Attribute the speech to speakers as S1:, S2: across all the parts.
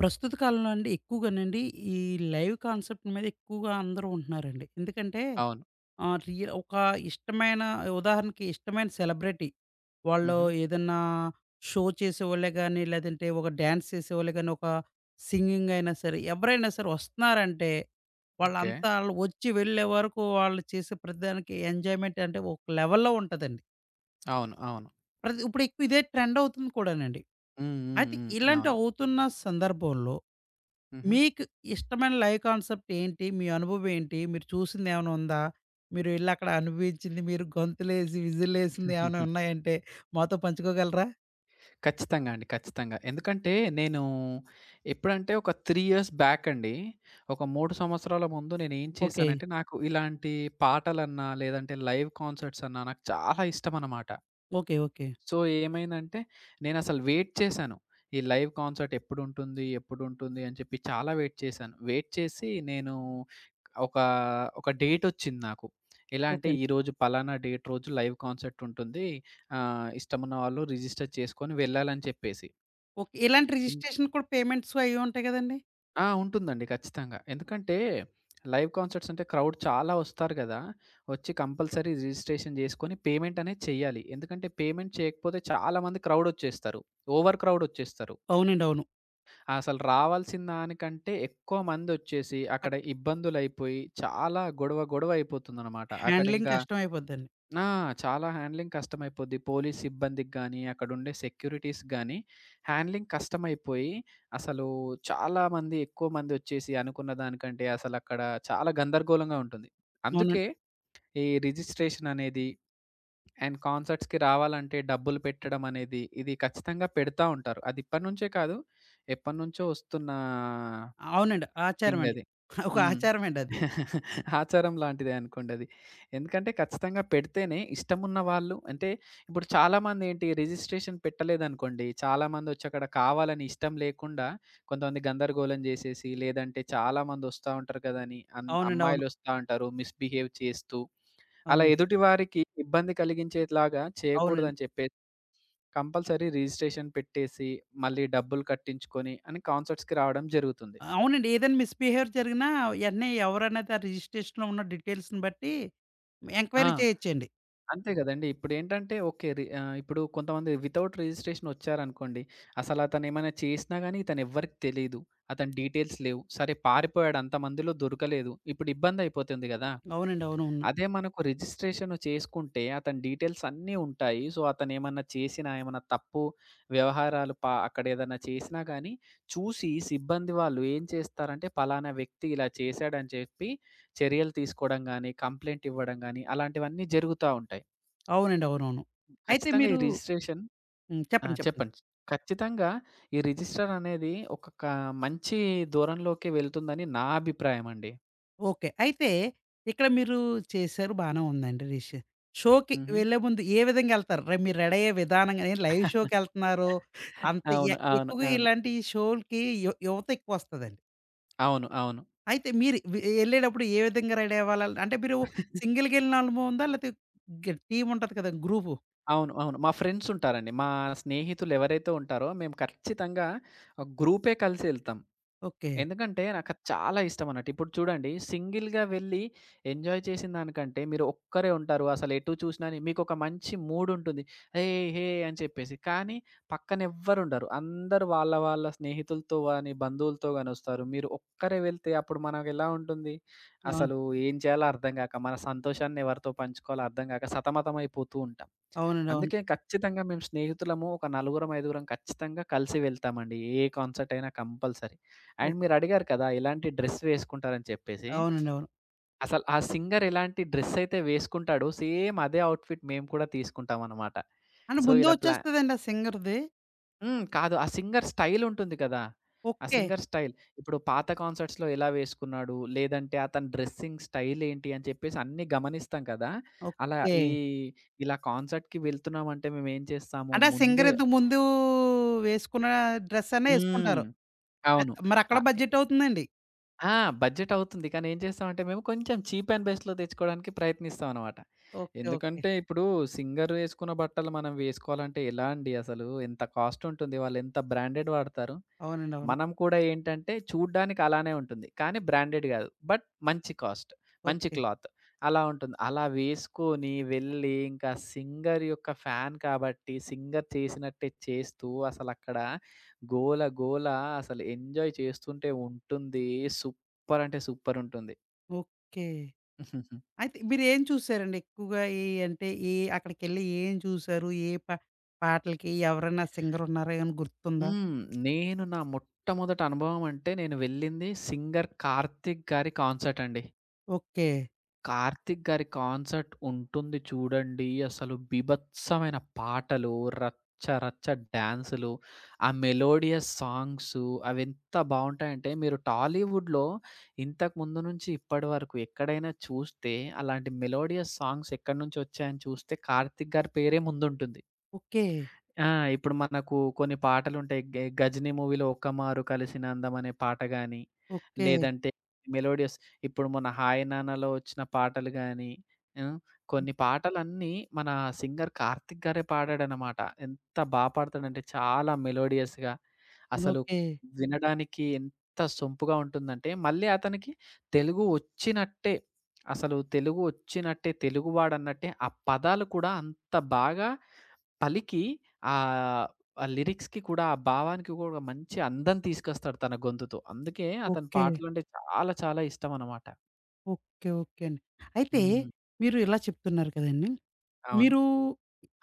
S1: ప్రస్తుత కాలంలో అండి ఎక్కువగానండి ఈ లైవ్ కాన్సెప్ట్ మీద ఎక్కువగా అందరూ ఉంటున్నారండి. ఎందుకంటే
S2: అవును.
S1: రియల్ ఒక ఇష్టమైన ఉదాహరణకి ఇష్టమైన సెలబ్రిటీ వాళ్ళు
S2: హుహు.
S1: ఏదన్నా షో చేసేవాళ్ళే గానీ, లేదంటే ఒక డాన్స్ చేసేవాళ్ళే గానీ, ఒక సింగింగ్ అయినా సరే, ఎవరైనా సరే వస్తున్నారంటే
S2: ఓకే.
S1: వాళ్ళంతా ఆళ్ళు వచ్చి వెళ్ళే వరకు వాళ్ళు చేసే ప్రతిదానికి ఎంజాయ్‌మెంట్ అంటే ఒక లెవెల్‌లో ఉంటదండి.
S2: అవును. అవును.
S1: ప్రతి ఇప్పుడు ఎక్కువ ఇదే ట్రెండ్ అవుతుంది కూడానండి.
S2: హ్మ్. హ్మ్.
S1: అయితే
S2: హ్మ్.
S1: ఇలాంటివి
S2: అవును.
S1: అవుతున్న సందర్భంలో
S2: హుహు.
S1: మీకు ఇష్టమైన లైవ్ కాన్సెప్ట్ ఏంటి? మీ అనుభవం ఏంటి? మీరు చూసిందేమైనా ఉందా? మీరు ఎళ్లక్కడ అనుభవించింది, మీరు గొంతులేసి, విజిల్లేసింది ఏమైనా ఉన్నాయంటే మాతో పంచుకోగలరా?
S2: ఖచ్చితంగా అండి. ఖచ్చితంగా. ఎందుకంటే నేను ఎప్పుడంటే ఒక 3 ఇయర్స్ బ్యాక్ అండి. ఒక 3 సంవత్సరాల ముందు నేనేం
S1: ఓకే.
S2: చేశానంటే నాకు ఇలాంటి పాటలన్నా, లేదంటే లైవ్ కాన్సర్ట్స్ అన్నా నాకు చాలా ఇష్టమనమాట.
S1: Okay okay.
S2: సో, ఏమైందంటే నేనసలు వెయిట్ చేశాను. ఈ లైవ్ కాన్సర్ట్ ఎప్పుడుంటుంది? ఎప్పుడుంటుంది? అని చెప్పి చాలా వెయిట్ చేశాను. వెయిట్ చేసి నేను ఒక, ఒక డేటొచ్చింది నాకు. ఎలా అంటే
S1: ఓకే అండి.
S2: ఈరోజు పలానా డేట్ రోజు లైవ్ కాన్సర్ట్ ఉంటుంది. ఇష్టమున్న వాళ్ళు రిజిస్టర్ చేసుకొని వెళ్ళాలని చెప్పేసి.
S1: ఓకే. ఇలాంటి రిజిస్ట్రేషన్ కూడా పేమెంట్స్ అయ్యి ఉంటాయి గదండీ!
S2: ఆ! ఉంటుందండి ఖచ్చితంగా. ఎందుకంటే, లైవ్ కాన్సర్ట్స్ అంటే క్రౌడ్ చాలా వస్తారు గదా! వచ్చి కంపల్సరీ రిజిస్ట్రేషన్ జేసుకొని పేమెంట్ అనేది చెయ్యాలి. ఎందుకంటే, పేమెంట్ చేయకపోతే చాలామంది క్రౌడొచ్చేస్తారు. ఓవర్ క్రౌడొచ్చేస్తారు.
S1: అవునండి, అవును.
S2: అసలు రావాల్సిన దానికంటే ఎక్కువ మందొచ్చేసి, అక్కడ
S1: అక్
S2: ఇబ్బందులైపోయి చాలా గొడవ గొడవ అయిపోతుందనమాట.
S1: హ్యాండ్లింగ్
S2: అక్కడింకా
S1: కష్టమైపోద్దండి.
S2: ఆ! చాలా హ్యాండ్లింగ్ కష్టమైపోద్ది. పోలీస్ సిబ్బందికి గాని, అక్కడుండే సెక్యూరిటీస్‌కి గాని హ్యాండ్లింగ్ కష్టమైపోయి, అసలు చాలా మంది ఎక్కువ మందొచ్చేసి అనుకున్న దానికంటే అసలక్కడ చాలా గందరగోళంగా ఉంటుంది.
S1: అవునండి.
S2: అందుకే ఈ రిజిస్ట్రేషన్ అనేది అండ్ కాన్సర్ట్స్‌కి రావాలంటే డబ్బులు పెట్టడం అనేది, ఇది ఖచ్చితంగా పెడతా ఉంటారు. అది ఇప్పటినుంచే కాదు, ఎప్పటినుంచో వస్తున్న
S1: అవునండి,
S2: థింగ్
S1: ఆచారమండి.
S2: అది.
S1: ఒక
S2: హ్మ్.
S1: ఆచారమండి అది.
S2: ఆచారం లాంటిదే అనుకోండి అది. ఎందుకంటే ఖచ్చితంగా పెడితేనే ఇష్టమున్న వాళ్ళు అంటే ఇప్పుడు చాలామందేంటి రిజిస్ట్రేషన్ పెట్టలేదనుకోండి, చాలామందొచ్చి అక్కడ కావాలని ఇష్టం లేకుండా కొంతమంది గందరగోళం జేసేసి, లేదంటే చాలామందొస్తా ఉంటారు కదా అని
S1: అవునండి, అవును,
S2: అమ్మాయిలొస్తా ఉంటారు మిస్‌బిహేవ్ చేస్తూ అలా
S1: అవును.
S2: ఎదుటి వారికి ఇబ్బంది కలిగించేలాగా
S1: అవునండి.
S2: చేయకూడదని చెప్పేసి కంపల్సరీ రిజిస్ట్రేషన్ పెట్టేసి, మళ్ళీ డబ్బులు కట్టించుకొని అని కాన్సర్ట్స్‌కి రావడం జరుగుతుంది.
S1: అవునండి, ఏదైనా మిస్‌బిహేవియర్ జరిగినా, యెంటనే ఎవరనేది ఆ రిజిస్ట్రేషన్‌లో ఉన్న డీటెయిల్స్‌ని బట్టి
S2: ఆ!
S1: ఎంక్వైరీ చేయొచ్చండి.
S2: అంతే గదండీ! ఇప్పుడేంటంటే ఓకే. ఇప్పుడు కొంతమంది వితౌట్ రిజిస్ట్రేషన్ ఒచ్చారనుకోండి. అసలు అతనేమైనా చేసినా గాని ఇతనెవ్వరికీ తెలీదు. అతని డీటెయిల్స్ లేవు. సరే పారిపోయాడు అంతమందిలో దొరకలేదు. ఇప్పుడు ఇబ్బందయిపోతుంది గదా!
S1: అవునండి, అవునవును.
S2: అదే మనకు రిజిస్ట్రేషన్ చేసుకుంటే అతని డీటెయిల్స్ అన్నీ ఉంటాయి. సో, అతనేమన్నా చేసినా, ఏమన్నా తప్పు వ్యవహారాలు అక్కడ ఏదన్నా చేసినా గానీ, చూసి సిబ్బంది వాళ్ళు ఏం చేస్తారంటే, పలానా వ్యక్తి ఇలా చేశాడని చెప్పి చర్యలు తీసుకోవడం గానీ, కంప్లెయింట్ ఇవ్వడం గానీ, అలాంటివన్నీ జరుగుతా ఉంటాయి.
S1: అవునండి, అవునవును. అయితే
S2: ఖచ్చితంగా
S1: మీరు
S2: ఈ రిజిస్ట్రేషన్ ఆ!
S1: చెప్పండి, చెప్పండి.
S2: చెప్పండి. ఖచ్చితంగా ఈ రిజిస్టర్ అనేది ఒక క మంచి దూరంలోకే వెళ్తుందని నా అభిప్రాయం అండి.
S1: ఓకే. అయితే ఇక్కడ మీరు చేశారు బానే ఉందండి డిష్. షోకి
S2: హుహు.
S1: వెళ్ళే ముందు ఏ విధంగా ఎళ్తారు? మీరు రెడీ అయ్యే విధానం గాని, లైవ్ షోకెళ్తున్నారు. అంత
S2: అవును. అవును.
S1: ఎక్కువగా
S2: అవును.
S1: ఇలాంటి షోలకి యువత ఎక్కువొస్తదండి.
S2: అవును. అవును.
S1: అయితే మీరు ఎళ్ళేటప్పుడు ఏ విధంగా రెడీ అవ్వాలి? అంటే మీరు సింగిల్‌గెళ్ళిన అనుభవం ఉందా? లేతే టీమ్ ఉంటది కదా! గ్రూపు.
S2: అవును. అవును. మా ఫ్రెండ్స్ ఉంటారండి. మా స్నేహితులెవరైతే ఉంటారో మేము ఖచ్చితంగా గ్రూపే కలిసి ఎళ్తాం.
S1: ఓకే.
S2: ఎందుకంటే నాకది చాలా ఇష్టమన్నట్టు. ఇప్పుడు చూడండి సింగిల్‌గా వెళ్ళి ఎంజాయ్ చేసిన దానికంటే మీరు ఒక్కరే ఉంటారు. అసలు ఎటు చూసినా మీకొక మంచి మూడుంటుంది. "హేయ్! హేయ్!" అని చెప్పేసి. కానీ పక్కన ఎవ్వరుండరు. అందరూ వాళ్ళ వాళ్ళ స్నేహితులతో గాని, బంధువులతో గాని వస్తారు. మీరు ఒక్కరే వెళ్తే అప్పుడు మనకెలా ఉంటుంది?
S1: ఆ,
S2: అసలు ఏం చేయాలో అర్థం గాక, మన సంతోషాన్ని ఎవరితో పంచుకోవాలో అర్థం గాక సతమతమైపోతూ ఉంటాం.
S1: అవునండి, అవును.
S2: అందుకే ఖచ్చితంగా మేము స్నేహితులము ఒక నలుగురం, ఐదుగురం ఖచ్చితంగా కలిసి వెళ్తామండి. ఏ కాన్సర్ట్ అయినా కంపల్సరీ. And
S1: okay.
S2: మీరడిగారు కదా! ఎలాంటి డ్రెస్ వేసుకుంటారని చెప్పేసి.
S1: అవునండి, అవును.
S2: అసలు ఆ సింగర్ ఎలాంటి డ్రెస్ అయితే వేసుకుంటాడో సేమ్ అదే అవుట్‌ఫిట్ మేము కూడా తీసుకుంటామనమాట.
S1: అంటే
S2: సో,
S1: ముందే
S2: ఇలా ప్లా
S1: వచ్చేస్తదండి ఆ సింగర్‌ది.
S2: హ్మ్. కాదు. ఆ సింగర్ స్టైల్ ఉంటుంది కదా! ఆ
S1: ఓకే.
S2: Singer style. ఇప్పుడు పాత కాన్సర్ట్స్‌లో ఎలా వేసుకున్నాడు? లేదంటే అతని డ్రెస్సింగ్ స్టైల్ ఏంటి? అని చెప్పేసి అన్నీ గమనిస్తాం కదా! అలా
S1: ఓకే.
S2: ఈ ఇలా కాన్సర్ట్‌కి వెళ్తున్నామంటే మేమేం చేస్తాము?
S1: అంటే ఆ సింగర్
S2: ముందే
S1: ఇంతకు ముందు వేసుకున్న డ్రెస్ అనే
S2: హ్మ్.
S1: ఎసుకుంటారు.
S2: అవును.
S1: మరక్కడ
S2: ఆహ్, ఎ
S1: బడ్జెట్ అవుతుందండి.
S2: ఆ! బడ్జెట్ అవుతుంది. కానీ ఏం చేస్తామంటే మేము కొంచెం చీప్ అండ్ బెస్ట్‌లో తెచ్చుకోవడానికి ప్రయత్నిస్తామనమాట.
S1: ఓకే. ఓకే.
S2: ఎందుకంటే ఇప్పుడు సింగర్ వేసుకున్న బట్టలు మనం వేసుకోవాలంటే ఎలా అండి అసలు? ఎంత కాస్ట్ ఉంటుంది. వాళ్ళెంత బ్రాండెడ్ వాడతారు.
S1: అవునండి, అవును.
S2: మనం కూడా ఏంటంటే చూడ్డానికి అలానే ఉంటుంది. కానీ బ్రాండెడ్ గాదు. బట్ మంచి కాస్ట్, మంచి
S1: ఓకే.
S2: క్లాత్ అలా ఉంటుంది. అలా వేసుకొని వెళ్ళి ఇంకా సింగర్ యొక్క ఫ్యాన్ కాబట్టి సింగర్ చేసినట్టే చేస్తూ అసలక్కడ గోల గోల అసలు ఎంజాయ్ చేస్తుంటే ఉంటుంది. సూపర్ అంటే సూపర్ ఉంటుంది.
S1: ఓకే. అయితే మీరేం చూసారండి ఎక్కువగా? ఈ అంటే ఏ అక్కడికెళ్ళి ఏం చూసారు? ఏ ప పాటలకి ఎవరైనా సింగర్ ఉన్నారా? ఏమైనా గుర్తుందా?
S2: హ్మ్. నేను నా మొట్టమొదటి అనుభవం అంటే నేను వెళ్ళింది సింగర్ కార్తీక్ గారి కాన్సర్ట్ అండి.
S1: ఓకే.
S2: కార్తీక్ గారి కాన్సర్ట్ ఉంటుంది చూడండి. అసలు బీభత్సమైన పాటలు, రచ్చ రచ్చ డాన్సులు, ఆ మెలోడియస్ సాంగ్సు అవెంత బావుంటాయంటే మీరు టాలీవుడ్‌లో ఇంతకు ముందు నుంచి ఇప్పటి వరకు ఎక్కడైనా చూస్తే అలాంటి మెలోడియస్ సాంగ్స్ ఎక్కడి నుంచొచ్చాయని చూస్తే కార్తీక్ గారి పేరే ముందుంటుంది.
S1: ఓకే.
S2: ఆ! ఇప్పుడు మనకు కొన్ని పాటలుంటాయి. 'గజినీ' మూవీలో 'ఒక్కమారు కలిసిన అందం' అనే పాట గాని,
S1: ఓకే.
S2: లేదంటే మెలోడియస్ ఇప్పుడు మొన్న 'హాయ్ నాన్నలో' వచ్చిన పాటలు గాని, హ్మ్. కొన్ని పాటలన్నీ మన సింగర్ కార్తిక్ గారే పాడాడనమాట. ఎంత బా పాడతాడంటే చాలా మెలోడియస్‌గా అసలు
S1: ఓకే.
S2: వినడానికి ఎంత సొంపుగా ఉంటుందంటే, మళ్ళీ అతనికి తెలుగు వచ్చినట్టే, అసలు తెలుగు వచ్చినట్టే తెలుగువాడన్నట్టే ఆ పదాలు కూడా అంత బాగా పలికి ఆహ్, ఆ లిరిక్స్‌కి కూడా, ఆ భావానికి గూడా మంచి అందం తీసుకొస్తాడు తన గొంతుతో. అందుకే అతని
S1: ఓకే.
S2: పాటలంటే చాలా చాలా ఇష్టమనమాట.
S1: ఓకే. ఓకే అండి. అయితే
S2: హ్మ్.
S1: మీరు ఇలా చెప్తున్నారు కదండీ!
S2: అవును.
S1: మీరు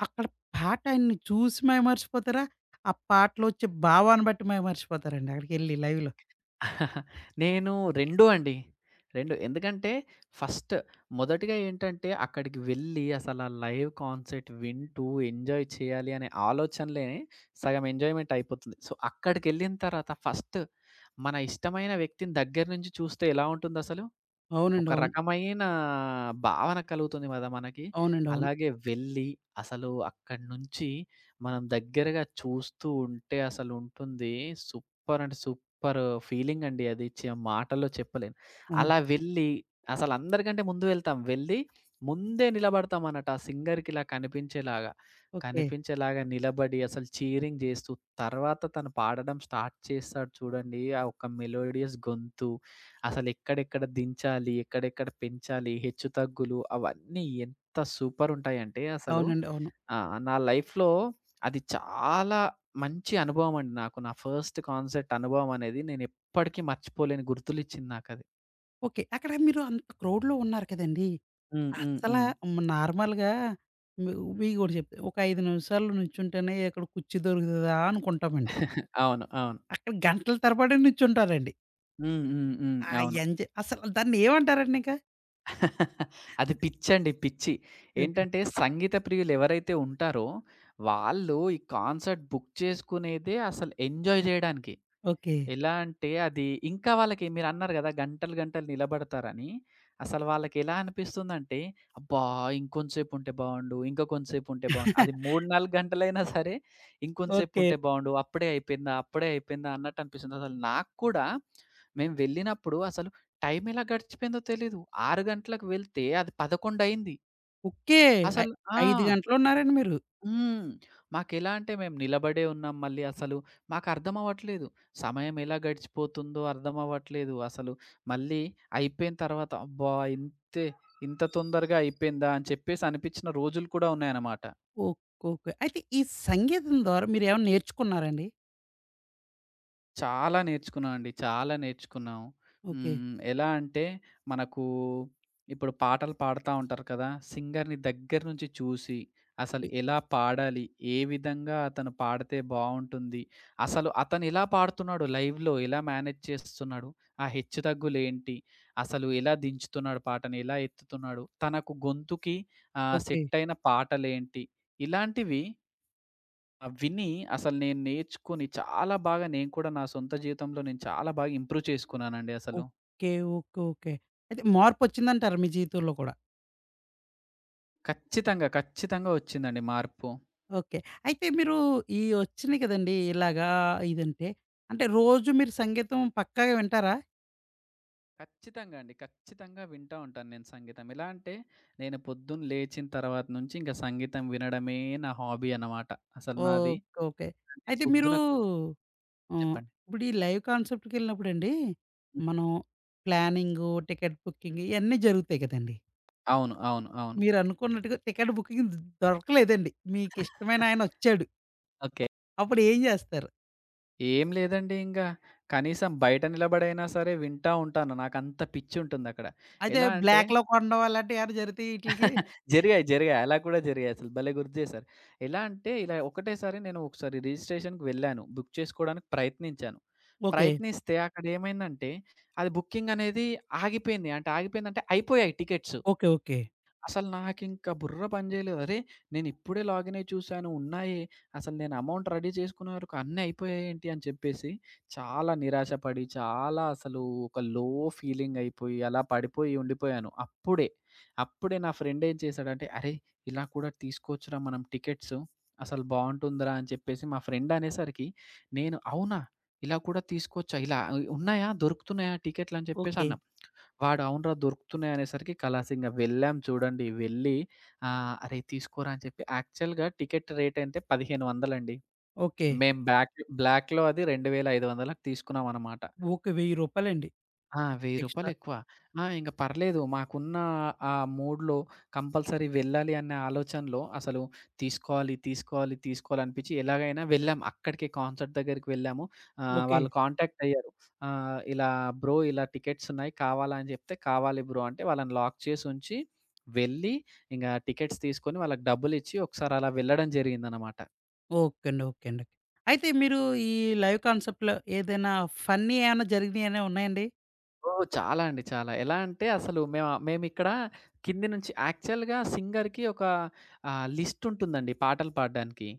S1: అక్కడ పాట ఆయన్ని చూసి మైమరిచిపోతారా? ఆ పాటలో వచ్చే భావాన్ని బట్టి మైమరిచిపోతారండి అక్కడికెళ్ళి లైవ్‌లో.
S2: నేను 2 అండి. 2 ఎందుకంటే ఫస్ట్ మొదటిగా ఏంటంటే అక్కడికి వెళ్ళి అసలా లైవ్ కాన్సర్ట్ వింటూ ఎంజాయ్ చేయాలి అనే ఆలోచనలే సగం ఎంజాయ్‌మెంట్ అయిపోతుంది. సో, అక్కడికెళ్ళిన తర్వాత ఫస్ట్ మన ఇష్టమైన వ్యక్తిని దగ్గర నుంచి చూస్తే ఎలా ఉంటుందసలు?
S1: అవునండి,
S2: ఒక
S1: అవును.
S2: రకమైన భావన కలుగుతుంది కదా మనకి.
S1: అవునండి, అవును,
S2: అలాగే వెళ్ళి, అసలు అక్కడి నుంచి మనం దగ్గరగా చూస్తూ ఉంటే అసలుంటుంది. సూపర్ అంటే సూపర్ ఫీలింగ్ అండి అది. మాటల్లో చెప్పలేను.
S1: అవును.
S2: అలా వెళ్ళి అసలందరికంటే ముందు వెళ్తాం. వెళ్ళి ముందే నిలబడతామన్నట్టు. ఆ సింగర్‌కి ఇలా కనిపించేలాగా.
S1: ఓకే.
S2: కనిపించేలాగా నిలబడి అసలు చీరింగ్ చేస్తూ, తర్వాత తను పాడడం స్టార్ట్ చేస్తాడు చూడండి. ఆ ఒక్క మెలోడియస్ గొంతు అసలెక్కడెక్కడ దించాలి, ఎక్కడెక్కడ పెంచాలి, హెచ్చుతగ్గులు అవన్నీ ఎంత సూపరుంటాయంటే అసలు
S1: అవునండి, అవును.
S2: నా లైఫ్‌లో అది చాలా మంచి అనుభవమండి నాకు. నా ఫస్ట్ కాన్సర్ట్ అనుభవమనేది నేనెప్పటికీ మర్చిపోలేని గుర్తులిచ్చింది నాకది.
S1: ఓకే. అక్కడ మీరు అంత క్రౌడ్‌లో ఉన్నారు కదండీ!
S2: హ్మ్. హ్మ్.
S1: అస్సలా
S2: హ్మ్.
S1: నార్మల్‌గా మీ మీకు ఒకటి చెప్తా. ఒక 5 నిమిషాలు నిల్చుంటేనే అక్కడ కుర్చీ దొరుకుతదా అనుకుంటామండి.
S2: అవును. అవును.
S1: అక్కడ గంటల తరబడి నిల్చుంటారండి.
S2: హ్మ్. హ్మ్. హ్మ్.
S1: ఆ
S2: అవును.
S1: ఎంజాయ్ అసలు దాన్ని ఏమంటారండి ఇంకా?
S2: అది పిచ్చండి పిచ్చి.
S1: ఓకే.
S2: ఏంటంటే సంగీత ప్రియులెవరైతే ఉంటారో, వాళ్ళు ఈ కాన్సర్ట్ బుక్ చేసుకునేదే అసలు ఎంజాయ్ జేయడానికి.
S1: ఓకే.
S2: ఎలా అంటే అది ఇంకా వాళ్ళకి మీరన్నారు గదా! గంటలు, గంటలు నిలబడతారని. అసలు వాళ్ళకెలా అనిపిస్తుందంటే, అబ్బా! ఇంకొంచేపుంటే బావుండు, ఇంకా కొంచేపుంటే బావుండు. అది 3, 4 గంటలైనా సరే
S1: ఓకే.
S2: ఇంకొంచేపుంటే బావుండు. అప్పుడే అయిపోయిందా? అప్పుడే అయిపోయిందా? అన్నట్టు అనిపిస్తుంది. అసలు నాకు కూడా మేము వెళ్ళినప్పుడు అసలు టైం ఎలా గడిచిపోయిందో తెలీదు. 6 గంటలకు వెళ్తే అది 11 అయింది.
S1: ఓకే. ఐ
S2: అసలు ఆ!
S1: 5 గంటలున్నారండి మీరు.
S2: హ్మ్. మాకెలా అంటే మేము నిలబడే ఉన్నాం మళ్ళీ అసలు. మాకర్థమవ్వట్లేదు. సమయం ఎలా గడిచిపోతుందో అర్థమవ్వట్లేదు అసలు. మళ్ళీ అయిపోయిన తర్వాత అబ్బా! ఇంతే ఇంత తొందరగా అయిపోయిందా అని చెప్పేసి అనిపించిన రోజులు కూడా ఉన్నాయన్నమాట.
S1: ఓకే. ఓకే. అయితే ఈ సంగీతం ద్వారా మీరేమన్నా నేర్చుకున్నారండి?
S2: చాలా నేర్చుకున్నామండి. చాలా నేర్చుకున్నాం.
S1: ఓకే.
S2: హ్మ్. ఎలా అంటే మనకు ఇప్పుడు పాటలు పాడుతా ఉంటారు కదా! సింగర్‌ని దగ్గర నుంచి చూసి, అసలు
S1: ఇ
S2: ఎలా పాడాలి? ఏ విధంగా అతను పాడితే బావుంటుంది? అసలు అతను ఎలా పాడుతున్నాడు? లైవ్‌లో ఎలా మేనేజ్ చేస్తున్నాడు? ఆ హెచ్చు తగ్గులేంటి? అసలు ఎలా దించుతున్నాడు పాటని? ఎలా ఎత్తుతున్నాడు? తనకు గొంతుకి
S1: ఓకే.
S2: సెట్ అయిన పాటలేంటి? ఇలాంటివి ఆ! విని అసలు నేను నేర్చుకొని చాలా బాగా నేను కూడా నా సొంత జీవితంలో నేను చాలా బాగా ఇంప్రూవ్ చేసుకున్నానండి అసలు.
S1: ఓకే. ఓకే. ఓకే. అయితే మార్పొచ్చిందంటారు మీ జీవితంలో కూడా.
S2: ఖచ్చితంగా, ఖచ్చితంగా వచ్చిందండి మార్పు.
S1: ఓకే. అయితే మీరు ఈ వచ్చినాయి కదండీ! ఇలాగా ఇదంటే, అంటే రోజు మీరు సంగీతం పక్కాగా వింటారా?
S2: ఖచ్చితంగా అండి. ఖచ్చితంగా వింటా ఉంటాను నేను సంగీతం. ఎలా అంటే నేను పొద్దున్న లేచిన తర్వాత నుంచి ఇంక సంగీతం వినడమే నా హాబీ అన్నమాట. అసలు
S1: ఓకే.
S2: నాది
S1: ఓకే.
S2: అంటే
S1: అయితే మీరు
S2: పొద్దున
S1: ఆహ్,
S2: చెప్పండి.
S1: ఇప్పుడు ఈ లైవ్ కాన్సర్ట్‌కెళ్ళినప్పుడండి,
S2: హ్మ్.
S1: మనం ప్లానింగు, టికెట్ బుకింగ్ ఇయన్నీ జరుగుతాయి కదండీ!
S2: అవును. అవును. అవును.
S1: మీరనుకున్నట్టుగా టికెట్ బుకింగ్ దొరకలేదండి. మీకిష్టమైన ఆయనొచ్చాడు.
S2: ఓకే.
S1: అప్పుడు ఏం జేస్తారు?
S2: ఏం లేదండి ఇంగా. కనీసం బయట నిలబడైనా సరే వింటా ఉంటాను. నాకంత పిచ్చి ఉంటుందక్కడ.
S1: అయితే
S2: ఎలా అంటే
S1: బ్లాక్‌లో కొనడం అలాంటివి ఏమైనా జరుగుతాయా ఈటిలికి?
S2: జరిగాయి. జరిగాయి. అలా కూడా జరిగాయి. అసలు భలే గుర్తు చేశారు. ఎలా అంటే ఇలా ఒకటేసారి నేను ఒకసారి రిజిస్ట్రేషన్‌కి వెళ్ళాను. బుక్ చేసుకోవడానికి ప్రయత్నించాను.
S1: ఓకే.
S2: ప్రయత్నిస్తే అక్కడ ఏమైందంటే అది బుకింగ్ అనేది ఆగిపోయింది. అంటే ఆగిపోయిందంటే అయిపోయాయి టికెట్స్.
S1: ఓకే. ఓకే.
S2: అసలు నాకింక బుర్ర పని చేయలేదు. అరే! నేనిప్పుడే లాగిన్ అయ్యి చూసాను ఉన్నాయి. అసలు నేను అమౌంట్ రెడీ చేసుకునే వరకు అన్నీ అయిపోయాయేంటి అని చెప్పేసి చాలా నిరాశపడి, చాలా అసలు ఒక లో ఫీలింగ్ అయిపోయి, అలా పడిపోయి ఉండిపోయాను. అప్పుడే నా ఫ్రెండ్ ఏం చేశాడంటే, "అరే! ఇలా కూడా తీసుకోవచ్చురా మనం టికెట్స్. అసలు బావుంటుందిరా" అని చెప్పేసి మా ఫ్రెండ్ అనేసరికి నేను, "అవునా! ఇలా కూడా తీసుకోవచ్చా? ఇలా ఉన్నాయా? దొరుకుతున్నాయా టికెట్లు" అని
S1: ఓకే.
S2: చెప్పేసన్నా. వాడు అవునురా! దొరుకుతున్నాయి అనేసరికి కలాసింగ వెళ్ళాం చూడండి. వెళ్ళి అరేయ్! తీసుకోరా అని చెప్పి యాక్చువల్‌గా టికెట్ రేట్ అయితే 1500 అండి.
S1: ఓకే.
S2: మేము బ్లాక్‌లో అది 2500కి తీసుకున్నామనమాట.
S1: ఓకే. రూ. 1000
S2: ఆ! రూ.
S1: ఎక్స్‌ట్రా.
S2: 1000 ఎక్కువ. ఆ! ఇంక పర్లేదు మాకున్న ఆ మూడ్‌లో కంపల్సరీ వెళ్ళాలి అనే ఆలోచనలో అసలు తీసుకోవాలి, తీసుకోవాలి, తీసుకోవాలి అనిపిచ్చి ఎలాగైనా వెళ్ళాం. అక్కడికే కాన్సర్ట్ దగ్గరికి వెళ్ళాము.
S1: ఓకే
S2: వాళ్ళు కాంటాక్ట్ అయ్యారు. ఇలా "బ్రో ఇలా టికెట్స్ ఉన్నాయి కావాలా?" అని చెప్తే, "కావాలి బ్రో" అంటే వాళ్ళని లాక్ చేసి ఉంచి, వెళ్ళి ఇంగ టికెట్స్ తీసుకొని వాళ్ళకి డబ్బులిచ్చి ఒకసారి అలా వెళ్ళడం జరిగిందనమాట.
S1: ఓకే అండి. ఓకే అండి. ఓకే. అయితే మీరు ఈ లైవ్ కాన్సెప్ట్‌లో ఏదైనా ఫన్నీ ఏమైనా జరిగినయేమైనా ఉన్నాయండి?
S2: ఓహ్! చాలా అండి. చాలా. ఎలా అంటే అసలు మేమిక్కడ కింది నుంచి యాక్చువల్‌గా సింగర్‌కి ఒక లిస్ట్ ఉంటుందండి పాటలు పాడడానికి.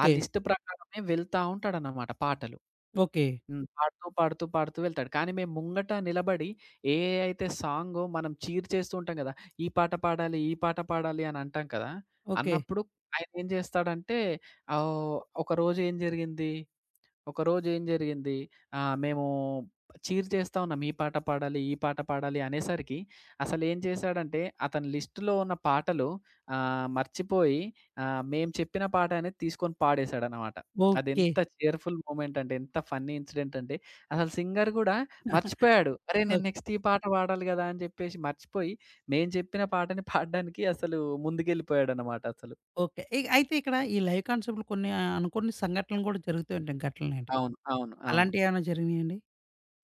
S2: ఆ లిస్ట్ ప్రకారమే వెళ్తా ఉంటాడన్నమాట పాటలు.
S1: ఓకే.
S2: హ్మ్. పాడుతూ, పాడుతూ, పాడుతూ వెళ్తాడు. కానీ మేము ముంగట నిలబడి ఏ అయితే సాంగో మనం చీర్ చేస్తూ ఉంటాం గదా! ఈ పాట పాడాలి, ఈ పాట పాడాలి అని అంటాం కదా!
S1: ఓకే.
S2: అన్నప్పుడు ఆయన ఏం జేస్తాడంటే ఆహ్, ఒకరోజు ఏం జరిగింది ఒకరోజు ఏం జరిగింది, మేము చీర్ చేస్తా ఉన్నాం. ఈ పాట పాడాలి, ఈ పాట పాడాలి అనేసరికి అసలేం చేశాడంటే, అతని లిస్ట్‌లో ఉన్న పాటలు మర్చిపోయి మేము చెప్పిన పాట అనేది తీసుకొని పాడేశాడనమాట.
S1: ఓకే.
S2: అదెంత చీర్‌ఫుల్ మూమెంట్ అంటే, ఎంత ఫన్నీ ఇన్సిడెంట్ అంటే, అసలు సింగర్ గూడా మర్చిపోయాడు. అరే!
S1: ఓ
S2: నేను నెక్స్ట్ ఈ పాట పాడాలి గదా! అని చెప్పేసి మర్చిపోయి, మేము చెప్పిన పాటని పాడడానికి అసలు ముందుకెళ్ళిపోయాడనమాట అసలు.
S1: ఓకే. అయితే ఇక్కడ ఈ లైవ్ కాన్సెప్ట్‌లో కొన్ని అనుకోని సంఘటనలు గూడా జరుగుతూ ఉంటాయి. ఘటనలండి.
S2: అవును. అవును. అవును.
S1: అలాంటియేమైనా జరిగినయండి?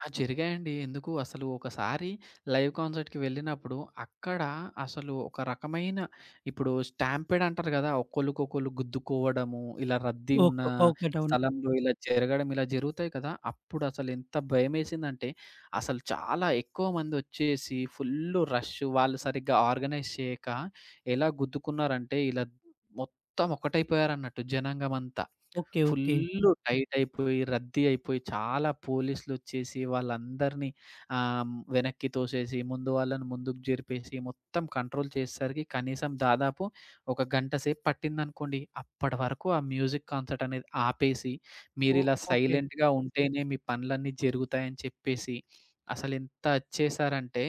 S2: ఆ! జరిగాయండి. ఎందుకు అసలు ఒకసారి లైవ్ కాన్సర్ట్‌కి వెళ్ళినప్పుడు అక్కడ అసలు ఒక రకమైన ఇప్పుడు స్టాంపీడ్ అంటారు గదా! ఒకళ్ళకొకళ్ళు గుద్దుకోవడము, ఇలా రద్దీ ఉన్న
S1: ఓకే. ఓకే. డౌను.
S2: స్థలంలో ఇలా జరగడం, ఇలా జరుగుతాయి కదా! అప్పుడు అసలు ఎంత భయమేసిందంటే అసలు చాలా ఎక్కువ మందొచ్చేసి ఫుల్లు రష్ వాళ్ళు సరిగ్గా ఆర్గనైజ్ చేయక ఎలా గుద్దుకున్నారంటే ఇలా మొత్తం ఒకటైపోయారన్నట్టు జనాంగమంతా.
S1: ఓకే. ఓకే.
S2: ఫుల్లు టైట్ అయిపోయి, రద్దీ అయిపోయి, చాలా పోలీసులొచ్చేసి వాళ్ళందరినీ వెనక్కి తోసేసి, ముందు వాళ్ళని ముందుకు జరిపేసి, మొత్తం కంట్రోల్ చేసేసరికి కనీసం దాదాపు ఒక గంట సేపు పట్టిందనుకోండి. అప్పటి వరకు ఆ మ్యూజిక్ కాన్సర్ట్ అనేది ఆపేసి,
S1: ఓ
S2: మీరిలా
S1: ఓకే.
S2: సైలెంట్‌గా ఉంటేనే మీ పనులన్నీ జరుగుతాయని చెప్పేసి, అసలెంత చేశారంటే,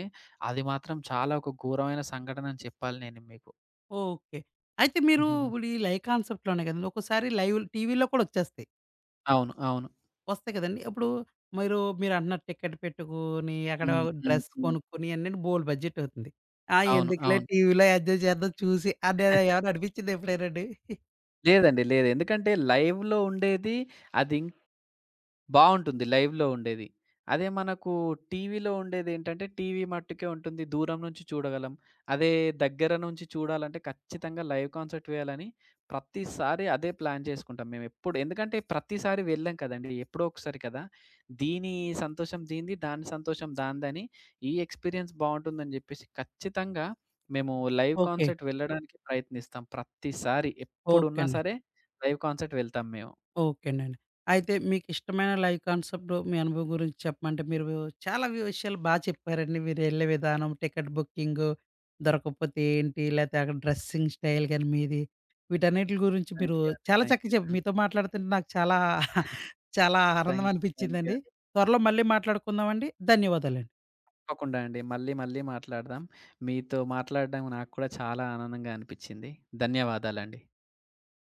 S2: అది మాత్రం చాలా ఒక ఘోరమైన సంఘటన అని చెప్పాలి నేను మీకు.
S1: ఓకే. అయితే మీరు
S2: ఉహుహు.
S1: ఇప్పుడు ఈ లైవ్ కాన్సెప్ట్‌లోనే కదండీ! ఒక్కోసారి లైవ్ టీవీలో కూడా వచ్చేస్తాయి.
S2: అవును. అవును.
S1: వస్తాయి కదండీ! అప్పుడు మీరు మీరంటున్నారు టికెట్ పెట్టుకొని, అక్కడ
S2: హ్మ్. హ్మ్.
S1: డ్రెస్
S2: హ్మ్.
S1: కొనుక్కొని అన్నిటికి బోలెడు బడ్జెట్ అవుతుంది. ఆ,
S2: అవును.
S1: ఎందుకులే
S2: అవును.
S1: టీవీలో ఎంజాయ్ చేద్దాం చూసి అని ఎవరైనా అనిపించిందా ఎప్పుడైనా అండి?
S2: లేదండి. లేదు. ఎందుకంటే లైవ్‌లో ఉండేది. అది బావుంటుంది. లైవ్‌లో ఉండేది. అదే మనకు టీవీలో ఉండేదేంటంటే, టీవీ మట్టుకే ఉంటుంది. దూరం నుంచి చూడగలం. అదే దగ్గర నుంచి చూడాలంటే ఖచ్చితంగా లైవ్ కాన్సర్ట్ వేయాలని ప్రతిసారి అదే ప్లాన్ చేసుకుంటాం మేమెప్పుడు. ఎందుకంటే ప్రతిసారి వెళ్ళం కదండీ. ఎప్పుడో ఒకసారి కదా! దీని సంతోషం దీనిది, దాని సంతోషం దానిదని ఈ ఎక్స్‌పీరియన్స్ బావుంటుందని జెప్పేసి ఖచ్చితంగా మేము లైవ్
S1: ఓకే.
S2: కాన్సర్ట్ వెళ్ళడానికి ప్రయత్నిస్తాం. ప్రతిసారి
S1: ఓకే
S2: ఎప్పుడున్నా
S1: అండి.
S2: సరే లైవ్ కాన్సర్ట్ వెళ్తాం మేము.
S1: ఓకేనండి. అయితే మీకిష్టమైన లైవ్ కాన్సెప్ట్ మీ అనుభవం గురించి చెప్పమంటే మీరు చాలా విషయాలు బా చెప్పారండి. మీరెళ్ళే విధానం, టికెట్ బుకింగు, దొరకకపోతే ఏంటి, లేతే అక్కడ డ్రెస్సింగ్ స్టైల్ గాని మీది, వీటన్నిటిల గురించి
S2: థాంక్
S1: మీరు
S2: యూ అండి.
S1: చాలా
S2: థాంక్
S1: చక్కగా
S2: యూ.
S1: చెప్ మీతో మాట్లాడుతుంటే నాకు చాలా, చాలా ఆనందం
S2: థాంక్ యూ. థాంక్ యూ
S1: అనిపిచ్చిందండి.
S2: అండి.
S1: త్వరలో మళ్ళీ మాట్లాడుకుందామండి. ధన్యవాదాలండి.
S2: తప్పకుండా అండి. మళ్ళీ మళ్ళీ మాట్లాడదాం. మీతో మాట్లాడడం నాకు కూడా చాలా ఆనందంగా అనిపిచ్చింది. ధన్యవాదాలండి.